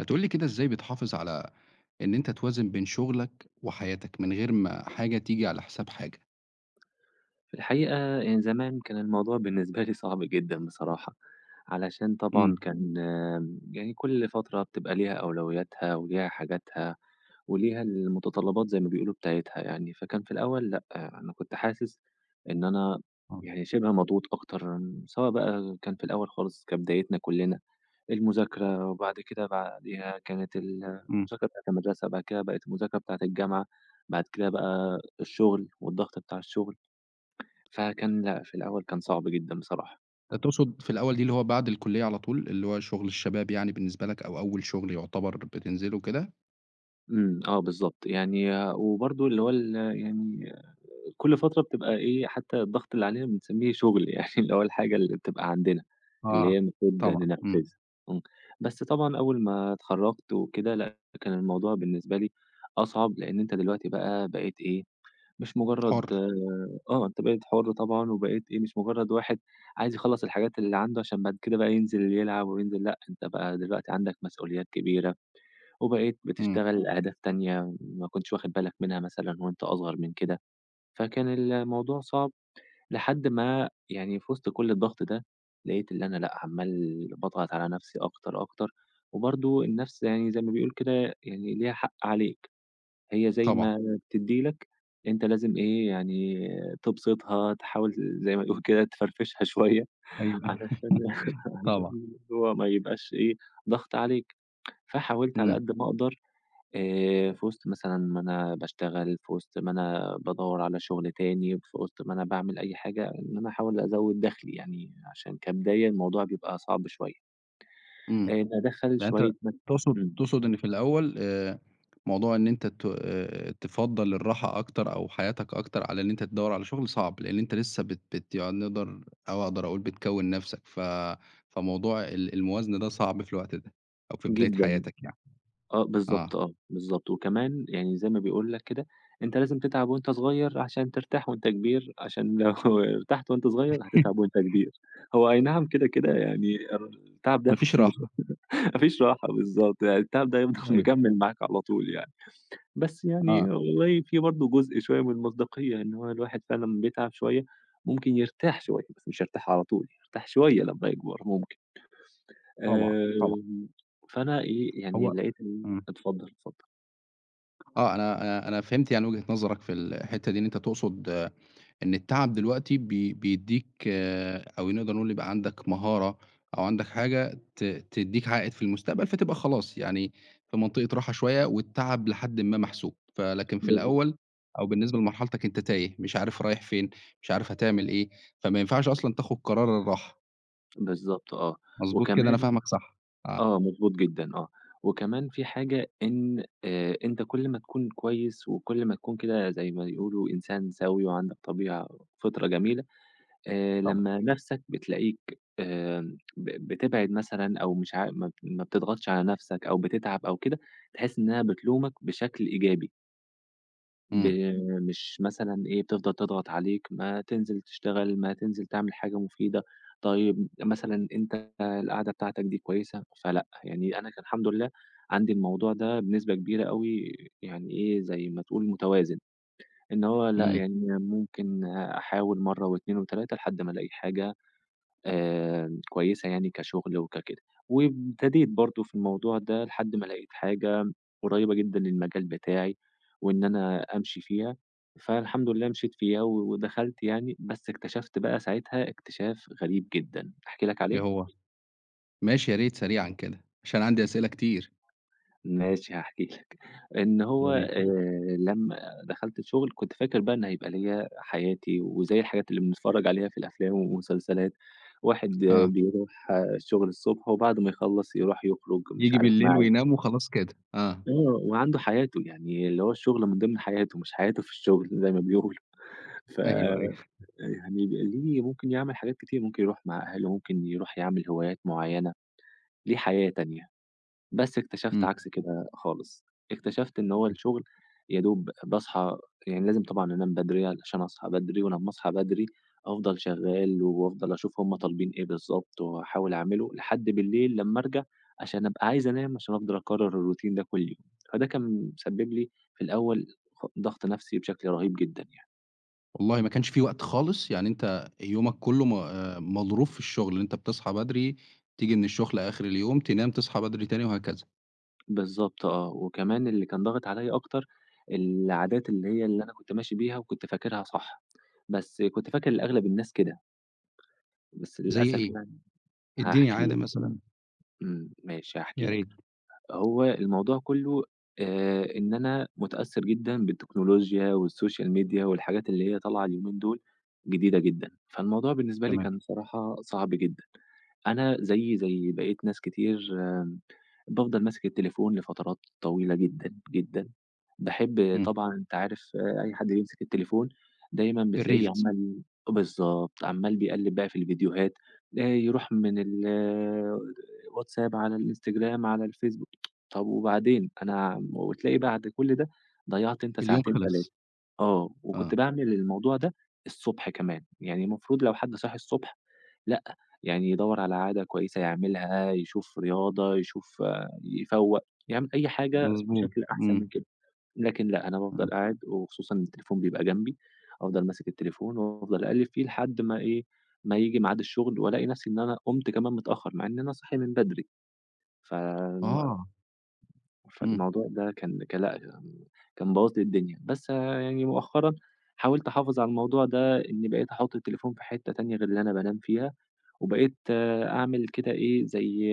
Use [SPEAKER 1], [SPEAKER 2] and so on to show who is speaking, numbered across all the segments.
[SPEAKER 1] هتقول لي كده إزاي بتحافظ على إن أنت توازن بين شغلك وحياتك من غير ما حاجة تيجي على حساب حاجة؟
[SPEAKER 2] في الحقيقة يعني زمان كان الموضوع بالنسبة لي صعب جدًا بصراحة، علشان طبعًا
[SPEAKER 1] إمم،
[SPEAKER 2] كان يعني كل فترة بتبقى ليها أولوياتها وليها حاجاتها وليها المتطلبات زي ما بيقولوا بتاعتها يعني، فكان في الأول لأ، أنا كنت حاسس إن أنا
[SPEAKER 1] آه،
[SPEAKER 2] يعني شبه مضغوط أكتر، سواء بقى كان في الأول خالص كبدايتنا كلنا المذاكرة، وبعد كده بعديها كانت
[SPEAKER 1] إمم.
[SPEAKER 2] المذاكرة بتاعة المدرسة، بعد كده بقت المذاكرة بتاعة الجامعة، بعد كده بقى الشغل والضغط بتاع الشغل. فكان لأ، في الأول كان صعب جدًا بصراحة.
[SPEAKER 1] أنت تقصد في الأول دي اللي هو بعد الكلية على طول، اللي هو شغل الشباب يعني بالنسبة لك أو أول شغل يعتبر بتنزله كده؟
[SPEAKER 2] إمم، آه بالضبط. يعني آه، وبرضه اللي هو يعني كل فترة بتبقى إيه، حتى الضغط اللي علينا بنسميه شغل يعني اللي هو الحاجة اللي بتبقى عندنا، اللي هي
[SPEAKER 1] آه،
[SPEAKER 2] المفروض
[SPEAKER 1] طبعًا، إمم.
[SPEAKER 2] ننفذها. إمم. بس طبعًا أول ما اتخرّجت وكده، لأ، كان الموضوع بالنسبة لي أصعب، لإن أنت دلوقتي بقى بقيت إيه، مش
[SPEAKER 1] حُر.
[SPEAKER 2] مجرّد آه، أنت بقيت حُر طبعًا وبقيت إيه، مش مجرّد واحد عايز يخلّص الحاجات اللي عنده عشان بعد كده بقى ينزل يلعب وينزل لأ، أنت بقى دلوقتي عندك مسؤوليات كبيرة. وبقيت
[SPEAKER 1] إمم.
[SPEAKER 2] بتشتغل أهداف تانية ما كنتش واخد بالك منها مثلًا وأنت أصغر من كده، فكان الموضوع صعب لحد ما يعني في وسط كل الضغط ده، لقيت اللي أنا لأ، عمّال باضغط على نفسي أكتر، أكتر، وبرضه النفس يعني زي ما بيقول كده يعني ليها حق عليك، هي زي
[SPEAKER 1] طبعًا.
[SPEAKER 2] ما بتدّي لك أنت لازم إيه، يعني تبسطها، تحاول زي ما بيقولوا كده تفرفشها شوية
[SPEAKER 1] أيوه،
[SPEAKER 2] علشان علشان
[SPEAKER 1] طبعًا.
[SPEAKER 2] هو ما يبقاش إيه، ضغط عليك، فحاولت على
[SPEAKER 1] إمم.
[SPEAKER 2] قد ما أقدر في وسط مثلًا ما أنا باشتغل، في وسط ما أنا بادوّر على شغل تاني، في وسط ما أنا باعمل أي حاجة، إن أنا أحاول أزوّد دخلي يعني عشان كبداية الموضوع بيبقى صعب شوية.
[SPEAKER 1] امم
[SPEAKER 2] بادخّل
[SPEAKER 1] يعني أنت
[SPEAKER 2] شوية مثلًا
[SPEAKER 1] تقصد
[SPEAKER 2] إمم،
[SPEAKER 1] تقصد إن في الأول موضوع إن أنت ت تفضّل الراحة أكتر أو حياتك أكتر على إن أنت تدوّر على شغل صعب، لإن أنت لسه بت يعني نقدر أو أقدر أقول بتكوّن نَفْسك، ف فموضوع الموازنة ده صعب في الوقت ده أو في بداية
[SPEAKER 2] جدًا،
[SPEAKER 1] حياتك يعني،
[SPEAKER 2] آه
[SPEAKER 1] آه،
[SPEAKER 2] بالضبط آه، بالضبط. وكمان يعني زي ما بيقول لك كده، أنت لازم تتعب وأنت صغير عشان ترتاح وأنت كبير، عشان لو ارتحت وأنت صغير هتتعب وأنت كبير. هو أي نعم كده، كده يعني التعب ده
[SPEAKER 1] ما فيش
[SPEAKER 2] مش
[SPEAKER 1] راحة،
[SPEAKER 2] ما فيش راحة بالضبط، يعني التعب ده هيفضل
[SPEAKER 1] أيوه،
[SPEAKER 2] مكمّل معاك على طول يعني. بس يعني
[SPEAKER 1] آه،
[SPEAKER 2] والله في برضه جزء شوية من المصداقية، إن هو الواحد فعلًا لمّا بيتعب شوية ممكن يرتاح شوية، بس مش يرتاح على طول، يرتاح شوية لمّا يكبر ممكن.
[SPEAKER 1] طبعًا، طبعًا،
[SPEAKER 2] آمم، فأنا إيه، يعني
[SPEAKER 1] هو
[SPEAKER 2] لقيت إن
[SPEAKER 1] إمم،
[SPEAKER 2] اتفضل، اتفضل.
[SPEAKER 1] آه، أنا فهمت يعني وجهة نظرك في الحتّة دي إن أنت تقصد إن التعب دلوقتي بيدّيك آه، أو نقدر نقول يبقى عندك مهارة أو عندك حاجة تدّيك عائد في المستقبل، فتبقى خلاص يعني في منطقة راحة شوية والتعب لحدٍ ما محسوب، فلكن في
[SPEAKER 2] ب
[SPEAKER 1] الأول أو بالنسبة لمرحلتك أنت تايه، مش عارف رايح فين، مش عارف هتعمل إيه، فما ينفعش أصلًا تاخد قرار الراحة،
[SPEAKER 2] بالضبط آه،
[SPEAKER 1] مضبوط كده أنا
[SPEAKER 2] وكمان
[SPEAKER 1] فاهمك صح؟ آه
[SPEAKER 2] آه، مضبوط جدًا آه، وكمان في حاجة إن أنت كل ما تكون كويس وكل ما تكون كده زي ما يقولوا إنسان سوي وعندك طبيعة فطرة جميلة،
[SPEAKER 1] طبعًا،
[SPEAKER 2] لمّا نَفْسك بتلاقيك آمم ب بتبعد مثلًا أو مش عا ما ما بتضغطش على نَفْسك أو بتتعب أو كده، تحس إنها بتلومك بشكل إيجابي، ب
[SPEAKER 1] إمم،
[SPEAKER 2] مش مثلًا إيه، بتفضل تضغط عليك ما تنزل تشتغل، ما تنزل تعمل حاجة مفيدة، طيب مثلًا أنت القعدة بتاعتك دي كويسة، فلأ، يعني أنا كان الحمد لله عندي الموضوع ده بنسبة كبيرة أوي يعني إيه، زي ما تقول متوازن، إن هو لأ،
[SPEAKER 1] إمم،
[SPEAKER 2] يعني ممكن أحاول مرّة و2 و3 لحد ما ألاقي حاجة كويسة يعني كشغل وككده. وابتديت برضه في الموضوع ده لحد ما لقيت حاجة قريّبة جدًا للمجال بتاعي وإن أنا أمشي فيها، فالحمد لله مشيت فيها ودخلت يعني، بس اكتشفت بقى ساعتها اكتشاف غريب جدًا، أحكي لك
[SPEAKER 1] إيه
[SPEAKER 2] عليه؟
[SPEAKER 1] هو؟ ماشي يا ريت سريعًا كده، عشان عندي أسئلة كتير،
[SPEAKER 2] ماشي هاحكي لك. إن هو
[SPEAKER 1] يا ريت،
[SPEAKER 2] لمّا دخلت الشغل كنت فاكر بقى إن هيبقى ليّا حياتي وزي الحاجات اللي بنتفرّج عليها في الأفلام والمسلسلات، واحد آه،
[SPEAKER 1] آه،
[SPEAKER 2] بيروح آه، الشغل الصبح وبعد ما يخلّص يروح يخرج مش
[SPEAKER 1] ييجي
[SPEAKER 2] عارف
[SPEAKER 1] بالليل
[SPEAKER 2] مع
[SPEAKER 1] وينام وخلاص كده، آه،
[SPEAKER 2] آه، وعنده حياته، يعني اللي هو الشغل من ضمن حياته مش حياته في الشغل زي ما بيقولوا. ف
[SPEAKER 1] أيوه، أيوه.
[SPEAKER 2] يعني بيبقى ليه ممكن يعمل حاجات كتير، ممكن يروح مع أهله، ممكن يروح يعمل هوايات معيّنة، ليه حياة تانية. بس اكتشفت
[SPEAKER 1] إمم.
[SPEAKER 2] عكس كده خالص، اكتشفت إن هو الشغل يا دوب باصحى يعني لازم طبعًا أنام بدري علشان أصحى بدري، ولمّا أصحى بدري أفضل شغّال وأفضل أشوف هم طالبين إيه بالضبط وأحاول أعمله لحد بالليل لمّا أرجع عشان أبقى عايز أنام عشان أفضل أكرر الروتين ده كل يوم، فده كان مسبب لي في الأول ضغط نفسي بشكل رهيب جدًا يعني.
[SPEAKER 1] والله ما كانش في وقت خالص، يعني أنت يومك كُلّه م مضروب في الشغل، أنت بتصحى بدري، تيجي من الشغل آخر اليوم، تنام، تصحى بدري تاني وهكذا.
[SPEAKER 2] بالضبط آه، وكمان اللي كان ضاغط عليَّ أكتر العادات اللي هي اللي أنا كنت ماشي بيها وكنت فاكرها صح، بس كنت فاكر إن أغلب الناس كده. بس
[SPEAKER 1] زي
[SPEAKER 2] للأسف
[SPEAKER 1] إيه؟
[SPEAKER 2] يعني
[SPEAKER 1] ادّيني
[SPEAKER 2] هاحكي
[SPEAKER 1] عادة
[SPEAKER 2] لك،
[SPEAKER 1] مثلًا.
[SPEAKER 2] إمم، ماشي هاحكي
[SPEAKER 1] يا
[SPEAKER 2] لك،
[SPEAKER 1] ريت،
[SPEAKER 2] هو الموضوع كلّه إن أنا متأثّر جدًا بالتكنولوجيا والسوشيال ميديا والحاجات اللي هي طالعة اليومين دول جديدة جدًا، فالموضوع بالنسبة لي
[SPEAKER 1] تمام.
[SPEAKER 2] كان بصراحة صعب جدًا. أنا زيي زي بقية ناس كتير بافضل ماسك التليفون لفترات طويلة جدًا، جدًا. باحب
[SPEAKER 1] إمم.
[SPEAKER 2] طبعًا أنت عارف آه، أي حد بيمسك التليفون دايمًا بتلاقيه
[SPEAKER 1] الreels
[SPEAKER 2] عمّال بالضبط، عمّال بيقلِّب بقى في الفيديوهات، يروح من الواتساب على الإنستجرام على الفيسبوك، طب وبعدين؟ أنا وتلاقي بعد كل ده ضيّعت أنت
[SPEAKER 1] اليوم
[SPEAKER 2] ساعتين، 3.
[SPEAKER 1] خلص.
[SPEAKER 2] آه، وكنت
[SPEAKER 1] آه،
[SPEAKER 2] باعمل الموضوع ده الصبح كمان، يعني المفروض لو حد صاحي الصبح لأ، يعني يدوّر على عادة كويسة يعملها، يشوف رياضة، يشوف يفوّق، يعمل أي حاجة
[SPEAKER 1] مضبوط.
[SPEAKER 2] بشكل أحسن من
[SPEAKER 1] إمم،
[SPEAKER 2] كده، لكن لأ، أنا بافضل
[SPEAKER 1] إمم.
[SPEAKER 2] قاعد وخصوصًا التليفون بيبقى جنبي، أفضل ماسك التليفون وأفضل أقلِّب فيه لحد ما إيه، ما ييجي ميعاد الشغل وألاقي نفسي إن أنا قُمت كمان متأخر، مع إن أنا صاحي من بدري، ف
[SPEAKER 1] آه، إمم،
[SPEAKER 2] فالموضوع ده كان لأ، كان بوّظ لي الدنيا، بس يعني مؤخرًا حاولت أحافظ على الموضوع ده، إني بقيت أحُط التليفون في حتّة تانية غير اللي أنا بانام فيها، وبقيت أعمل كده إيه، زي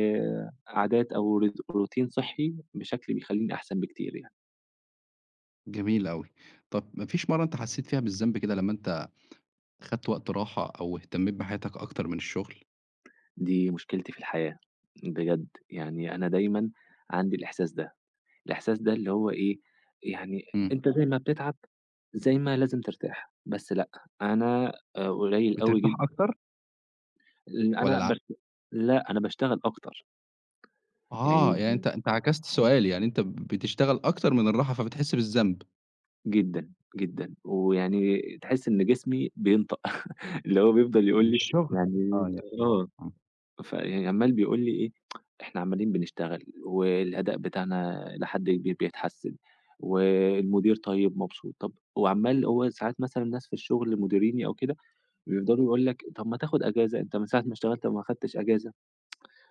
[SPEAKER 2] عادات أو روتين صحّي بشكل بيخلّيني أحسن بكتير يعني.
[SPEAKER 1] جميل أوي. طَب ما فيش مرّة أنت حسّيت فيها بالذنب كده لمّا أنت خدت وقت راحة أو اهتميت بحياتك أكتر من الشغل؟
[SPEAKER 2] دي مشكلتي في الحياة بجد، يعني أنا دايمًا عندي الإحساس ده، الإحساس ده اللي هو إيه، يعني
[SPEAKER 1] إمم.
[SPEAKER 2] أنت زي ما بتتعب زي ما لازم ترتاح، بس لأ، أنا قليل أوي
[SPEAKER 1] بترتاح
[SPEAKER 2] جدًا
[SPEAKER 1] أكتر
[SPEAKER 2] ال
[SPEAKER 1] والّا
[SPEAKER 2] أنا
[SPEAKER 1] العكس؟
[SPEAKER 2] بس لأ، أنا باشتغل أكتر،
[SPEAKER 1] آه،
[SPEAKER 2] يعني
[SPEAKER 1] يعني أنت عكست سؤالي، يعني أنت بتشتغل أكتر من الراحة فبتحس بالذنب
[SPEAKER 2] جدًا، جدًا، ويعني تحس إن جسمي بينطق اللي هو بيفضل يقول
[SPEAKER 1] من
[SPEAKER 2] لي
[SPEAKER 1] الشغل،
[SPEAKER 2] يعني
[SPEAKER 1] آه يا الله،
[SPEAKER 2] آه،
[SPEAKER 1] آه،
[SPEAKER 2] فيعني عمّال بيقول لي إيه، إحنا عمّالين بنشتغل والأداء بتاعنا إلى حد كبير بيتحسن، والمدير طيب مبسوط، طب وعمّال هو ساعات مثلًا الناس في الشغل مديريني أو كده بيفضلوا يقول لك طب ما تاخد أجازة، أنت من ساعة ما اشتغلت ما خدتش أجازة.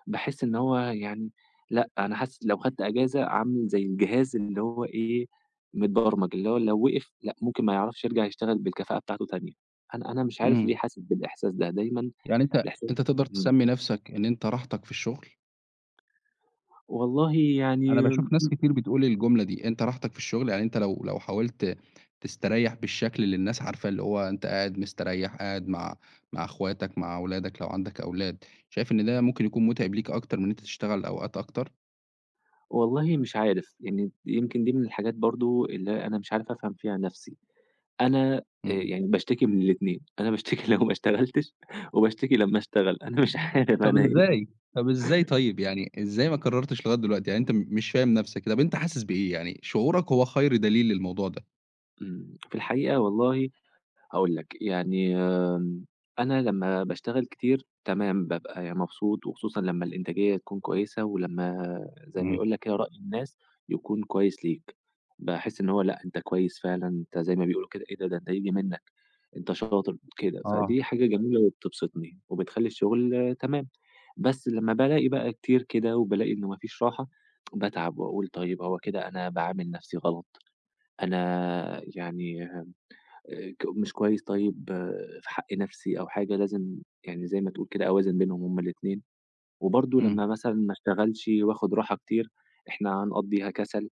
[SPEAKER 2] باحس إن هو يعني لأ، أنا حاسس لو خدت أجازة عامل زي الجهاز اللي هو إيه، متبرمج، اللي هو لو وقف لأ، ممكن ما يعرفش يرجع يشتغل بالكفاءة بتاعته تاني. أنا مش عارف ليه
[SPEAKER 1] إمم،
[SPEAKER 2] حاسس بالإحساس ده، دايمًا
[SPEAKER 1] يعني أنت
[SPEAKER 2] الإحساس
[SPEAKER 1] أنت تقدر
[SPEAKER 2] إمم.
[SPEAKER 1] تسمّي نَفْسك إن أنت راحتك في الشغل؟
[SPEAKER 2] والله
[SPEAKER 1] أنا
[SPEAKER 2] يعني
[SPEAKER 1] باشوف ناس كتير بتقول الجملة دي، أنت راحتك في الشغل، يعني أنت لو حاولت تستريّح بالشكل اللي الناس عارفاه، اللي هو أنت قاعد مستريّح، قاعد مع أخواتك، مع أولادك لو عندك أولاد، شايف إن ده ممكن يكون مُتعب ليك أكتر من إن أنت تشتغل أوقات أكتر؟
[SPEAKER 2] والله مش عارف، يعني يمكن دي من الحاجات برضه اللي أنا مش عارف أفهم فيها نَفْسي. أنا
[SPEAKER 1] إمم.
[SPEAKER 2] يعني باشتكي من الاتنين، أنا باشتكي لو ما اشتغلتش وباشتكي لمّا أشتغل، أنا مش عارف
[SPEAKER 1] طب
[SPEAKER 2] أنا إيه.
[SPEAKER 1] إزاي؟ طب إزاي طيب؟ يعني إزاي ما قررتش لغاية دلوقتي؟ يعني أنت مش فاهم نفْسك، طب أنت حاسس بإيه؟ يعني شعورك هو خير دليل للموضوع ده.
[SPEAKER 2] إمم. في الحقيقة والله هاقول لك، يعني أنا لمّا باشتغل كتير تمام، بابقى يعني مبسوط وخصوصًا لمّا الإنتاجية تكون كويسة ولمّا زي ما
[SPEAKER 1] إمم،
[SPEAKER 2] يقول لك كده رأي الناس يكون كويس ليك، باحس إن هو لأ، أنت كويس فعلًا، أنت زي ما بيقولوا كده إيه ده! ده أنت ييجي منّك، أنت شاطر كده،
[SPEAKER 1] آه.
[SPEAKER 2] فدي حاجة جميلة وبتبسطني وبتخلّي الشغل آه، تمام. بس لمّا بالاقي بقى كتير كده وبالاقي إنه ما فيش راحة، باتعب وأقول طيب هو كده أنا باعامل نفسي غلط، أنا يعني ك مش كويس طيب آه، في حق نفسي أو حاجة، لازم يعني زي ما تقول كده أوازن بينهم هُم الاتنين، وبرضه لمّا
[SPEAKER 1] إمم.
[SPEAKER 2] مثلًا ما اشتغلش وآخد راحة كتير، إحنا هنقضّيها كسل،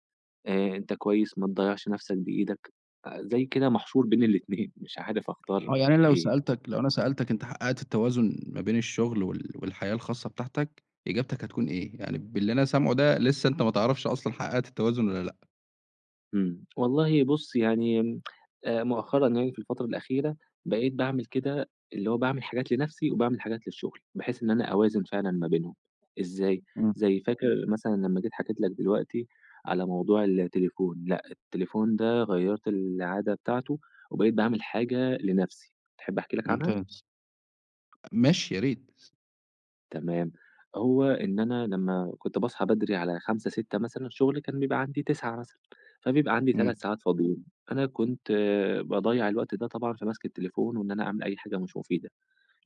[SPEAKER 2] أنت كويس ما تضيّعش نفسك بإيدك، زي كده محشور بين الاتنين مش عارف أختار
[SPEAKER 1] آه، يعني أنا
[SPEAKER 2] إيه.
[SPEAKER 1] لو أنا سألتك أنت حققت التوازن ما بين الشغل والحياة الخاصة بتاعتك، إجابتك هتكون إيه؟ يعني باللي أنا سامعه ده لسه أنت ما تعرفش أصلًا حققت التوازن والّا لأ.
[SPEAKER 2] إمم. والله بُص يعني مؤخرًا يعني في الفترة الأخيرة بقيت باعمل كده، اللي هو باعمل حاجات لنَفْسي وباعمل حاجات للشغل، بحيث إن أنا أوازن فعلًا ما بينهم. إزاي؟
[SPEAKER 1] إمم،
[SPEAKER 2] زي فاكر مثلًا لمّا جيت حكيت لك دلوقتي على موضوع التليفون، لأ التليفون ده غيّرت العادة بتاعته وبقيت باعمل حاجة لنَفْسي، تحب أحكي لك عنها؟
[SPEAKER 1] ممتاز. ماشي، يا ريت.
[SPEAKER 2] تمام. هو إن أنا لمّا كنت باصحى بدري على 5:00، 6:00 مثلًا، الشغل كان بيبقى عندي 9:00 مثلًا، فبيبقى عندي 3
[SPEAKER 1] إمم،
[SPEAKER 2] ساعات فاضيين. أنا كنت باضيّع الوقت ده طبعًا في مَسْك التليفون وإن أنا أعمل أي حاجة مش مفيدة.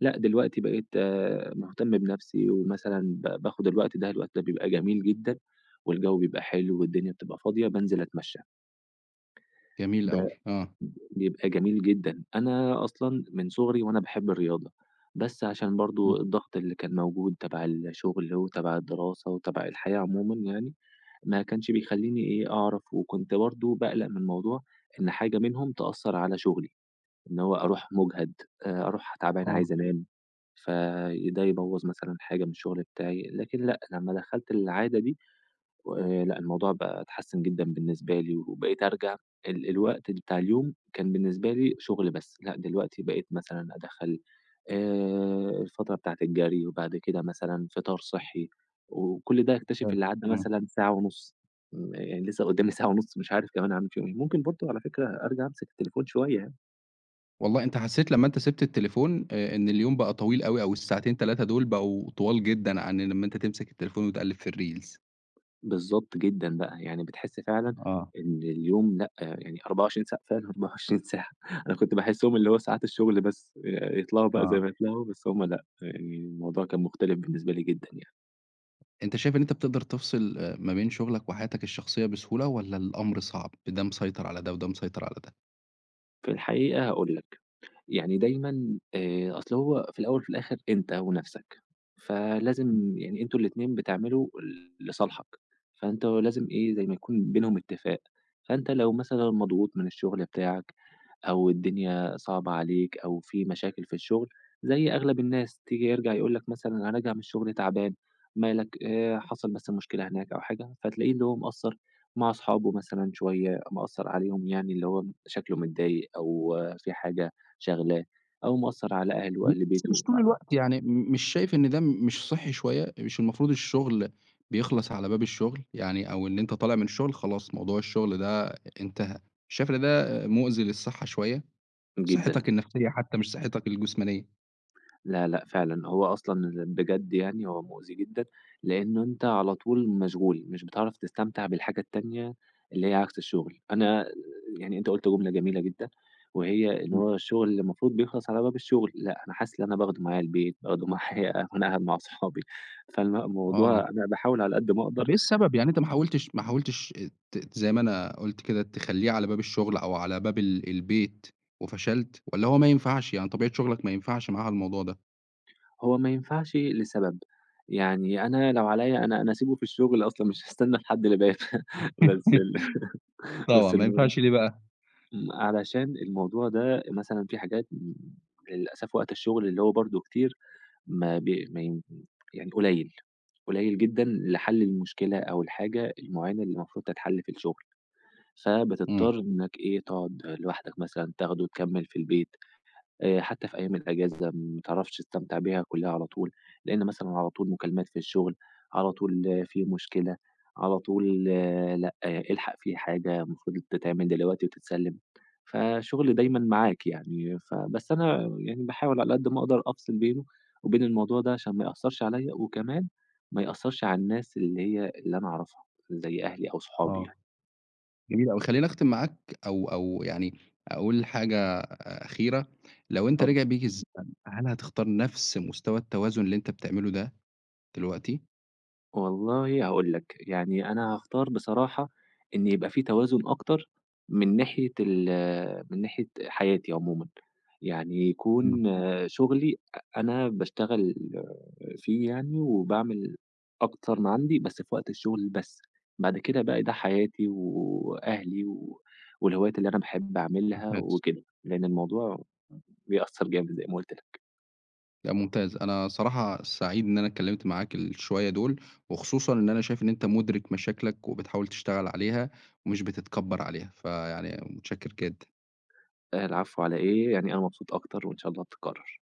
[SPEAKER 2] لأ، دلوقتي بقيت مهتم بنَفْسي ومثلًا باخُد الوقت ده، الوقت ده بيبقى جميل جدًا والجو بيبقى حلو والدنيا بتبقى فاضية، بانزل أتمشّى.
[SPEAKER 1] جميل
[SPEAKER 2] ده
[SPEAKER 1] أوي، آه.
[SPEAKER 2] بيبقى جميل جدًا. أنا أصلًا من صغري وأنا باحب الرياضة، بس عشان
[SPEAKER 1] إمم،
[SPEAKER 2] برضه الضغط اللي كان موجود تبع الشغل وتبع الدراسة وتبع الحياة عمومًا يعني، ما كانش بيخلّيني إيه، أعرف وكنت برضه باقلق من موضوع إن حاجة منهم تأثّر على شغلي، إن هو أروح مُجهد، أروح تعبان
[SPEAKER 1] آه،
[SPEAKER 2] عايز أنام، فده يبوّظ مثلًا حاجة من الشغل بتاعي. لكن لأ، لمّا دخّلت العادة دي ولأ الموضوع بقى اتحسّن جدًا بالنسبة لي، وبقيت أرجع الوقت بتاع اليوم كان بالنسبة لي شغل بس، لأ دلوقتي بقيت مثلًا أدخّل الفترة بتاعة الجري، وبعد كده مثلًا فطار صحّي، وكل ده أكتشف
[SPEAKER 1] حلو،
[SPEAKER 2] اللي عدّى
[SPEAKER 1] إمم.
[SPEAKER 2] مثلًا ساعة ونُص، يعني لسه قدّامي ساعة ونُص مش عارف كمان أعمل فيهم إيه، ممكن برضه على فكرة أرجع أمسك التليفون شوية يعني.
[SPEAKER 1] والله أنت حسّيت لمّا أنت سِبت التليفون إن اليوم بقى طويل أوي أو الساعتين 3 دول بقوا طوال جدًا عن لمّا أنت تمسك التليفون وتقلِّب في الreels.
[SPEAKER 2] بالضبط جدًا بقى، يعني بتحس فعلًا
[SPEAKER 1] آه،
[SPEAKER 2] إن اليوم لأ، يعني 24 ساعة فعلًا 24 ساعة أنا كنت باحسّهم اللي هو ساعات الشغل بس، يطلعوا بقى زي
[SPEAKER 1] آه.
[SPEAKER 2] ما يطلعوا، بس هم لأ، يعني الموضوع كان مختلف بالنسبة لي جدًا يعني.
[SPEAKER 1] أنت شايف إن أنت بتقدر تفصل ما بين شغلك وحياتك الشخصية بسهولة والّا الأمر صعب، ده مسيطر على ده وده مسيطر على ده؟
[SPEAKER 2] في الحقيقة هاقول لك، يعني دايمًا أصل هو في الأول وفي الآخر أنت ونَفْسك، فلازم يعني أنتم الاتنين بتعملوا لصالحك، فأنتم لازم إيه، زي ما يكون بينهم اتفاق، فأنت لو مثلًا مضغوط من الشغل بتاعك أو الدنيا صعبة عليك أو في مشاكل في الشغل، زي أغلب الناس تيجي يرجع يقول لك مثلًا أنا راجع من الشغل تعبان، مالك حصل بس مشكلة هناك أو حاجة، فتلاقيه اللي هو مقصّر مع أصحابه مثلًا شوية، مقصّر عليهم يعني اللي هو شكله متضايق أو آه، في حاجة شاغلاه، أو مقصّر على أهله
[SPEAKER 1] لأ،
[SPEAKER 2] وأهل
[SPEAKER 1] بس مش
[SPEAKER 2] بيته
[SPEAKER 1] طول الوقت. يعني مش شايف إن ده مش صحّي شوية، مش المفروض الشغل بيخلص على باب الشغل، يعني أو إن أنت طالع من الشغل خلاص موضوع الشغل ده انتهى، شايف إن ده آه، مؤذي للصحة شوية؟
[SPEAKER 2] جدًا.
[SPEAKER 1] صحتك النفسية حتى مش صحتك الجسمانية.
[SPEAKER 2] لا، لأ، فعلًا هو أصلًا بجد يعني هو مؤذي جدًا، لإنه أنت على طول مشغول، مش بتعرف تستمتع بالحاجة التانية اللي هي عكس الشغل. أنا يعني أنت قُلت جملة جميلة جدًا، وهي إن
[SPEAKER 1] إمم.
[SPEAKER 2] هو الشغل اللي المفروض بيخلص على باب الشغل، لأ، أنا حاسس إن أنا باخده معايا البيت، باخده معايا وأنا قاعد مع أصحابي، فالموضوع
[SPEAKER 1] آه.
[SPEAKER 2] أنا باحاول على قد ما أقدر،
[SPEAKER 1] طب إيه السبب؟ يعني أنت ما حاولتش ت ت زي ما أنا قُلت كده تخلّيه على باب الشغل أو على باب البيت وفشلت والّا هو ما ينفعش، يعني طبيعة شغلك ما ينفعش معاها الموضوع ده؟
[SPEAKER 2] هو ما ينفعش لسبب، يعني أنا لو عليّا أنا هاسيبه في الشغل أصلًا مش هاستنى لحد الباب بس ال بس
[SPEAKER 1] طبعًا ما
[SPEAKER 2] الم
[SPEAKER 1] ينفعش ليه بقى؟
[SPEAKER 2] إمم، علشان الموضوع ده مثلًا في حاجات للأسف وقت الشغل اللي هو برضه كتير ما بي ما ين يعني قليل، قليل جدًا لحل المشكلة أو الحاجة المعينة اللي المفروض تتحل في الشغل،
[SPEAKER 1] إمم.
[SPEAKER 2] فبتضطر إنك إيه، تقعد لوحدك مثلًا تاخده تكمّل في البيت. حتى في أيام الأجازة ما تعرفش تستمتع بيها كلّها على طول، لإن مثلًا على طول مكالمات في الشغل، على طول آه، في مشكلة، على طول آه، لأ آه، الحق في حاجة المفروض تتعمل دلوقتي وتتسلِّم، فالشغل دايمًا معاك يعني، فبس أنا يعني باحاول على قد ما أقدر أفصل بينه وبين الموضوع ده عشان ما يأثّرش عليّا، وكمان ما يأثّرش على الناس اللي هي اللي أنا أعرفها، زي أهلي أو صحابي
[SPEAKER 1] آه.
[SPEAKER 2] يعني.
[SPEAKER 1] جميل أوي. خلّيني أختم معاك أو يعني أقول حاجة أخيرة، لو أنت
[SPEAKER 2] ف
[SPEAKER 1] رجع بيك الزمن هل هتختار نفس مستوى التوازن اللي أنت بتعمله ده دلوقتي؟
[SPEAKER 2] والله هاقول لك، يعني أنا هاختار بصراحة إن يبقى في توازن أكتر من ناحية من ناحية حياتي عمومًا، يعني
[SPEAKER 1] إمم.
[SPEAKER 2] يكون آه، شغلي أنا باشتغل فيه يعني وباعمل أكتر ما عندي بس في وقت الشغل بس، بعد كده بقى ده حياتي وأهلي والهوايات اللي أنا باحب أعملها
[SPEAKER 1] ممتاز.
[SPEAKER 2] وكده، لأن الموضوع بيأثّر جامد زي ما قُلت لك.
[SPEAKER 1] لأ ممتاز، أنا صراحة سعيد إن أنا اتكلمت معاك الشوية دول، وخصوصًا إن أنا شايف إن أنت مدرك مشاكلك وبتحاول تشتغل عليها، ومش بتتكبر عليها، فيعني متشكر جدًا.
[SPEAKER 2] العفو على إيه، يعني أنا مبسوط أكتر وإن شاء الله تتكرر.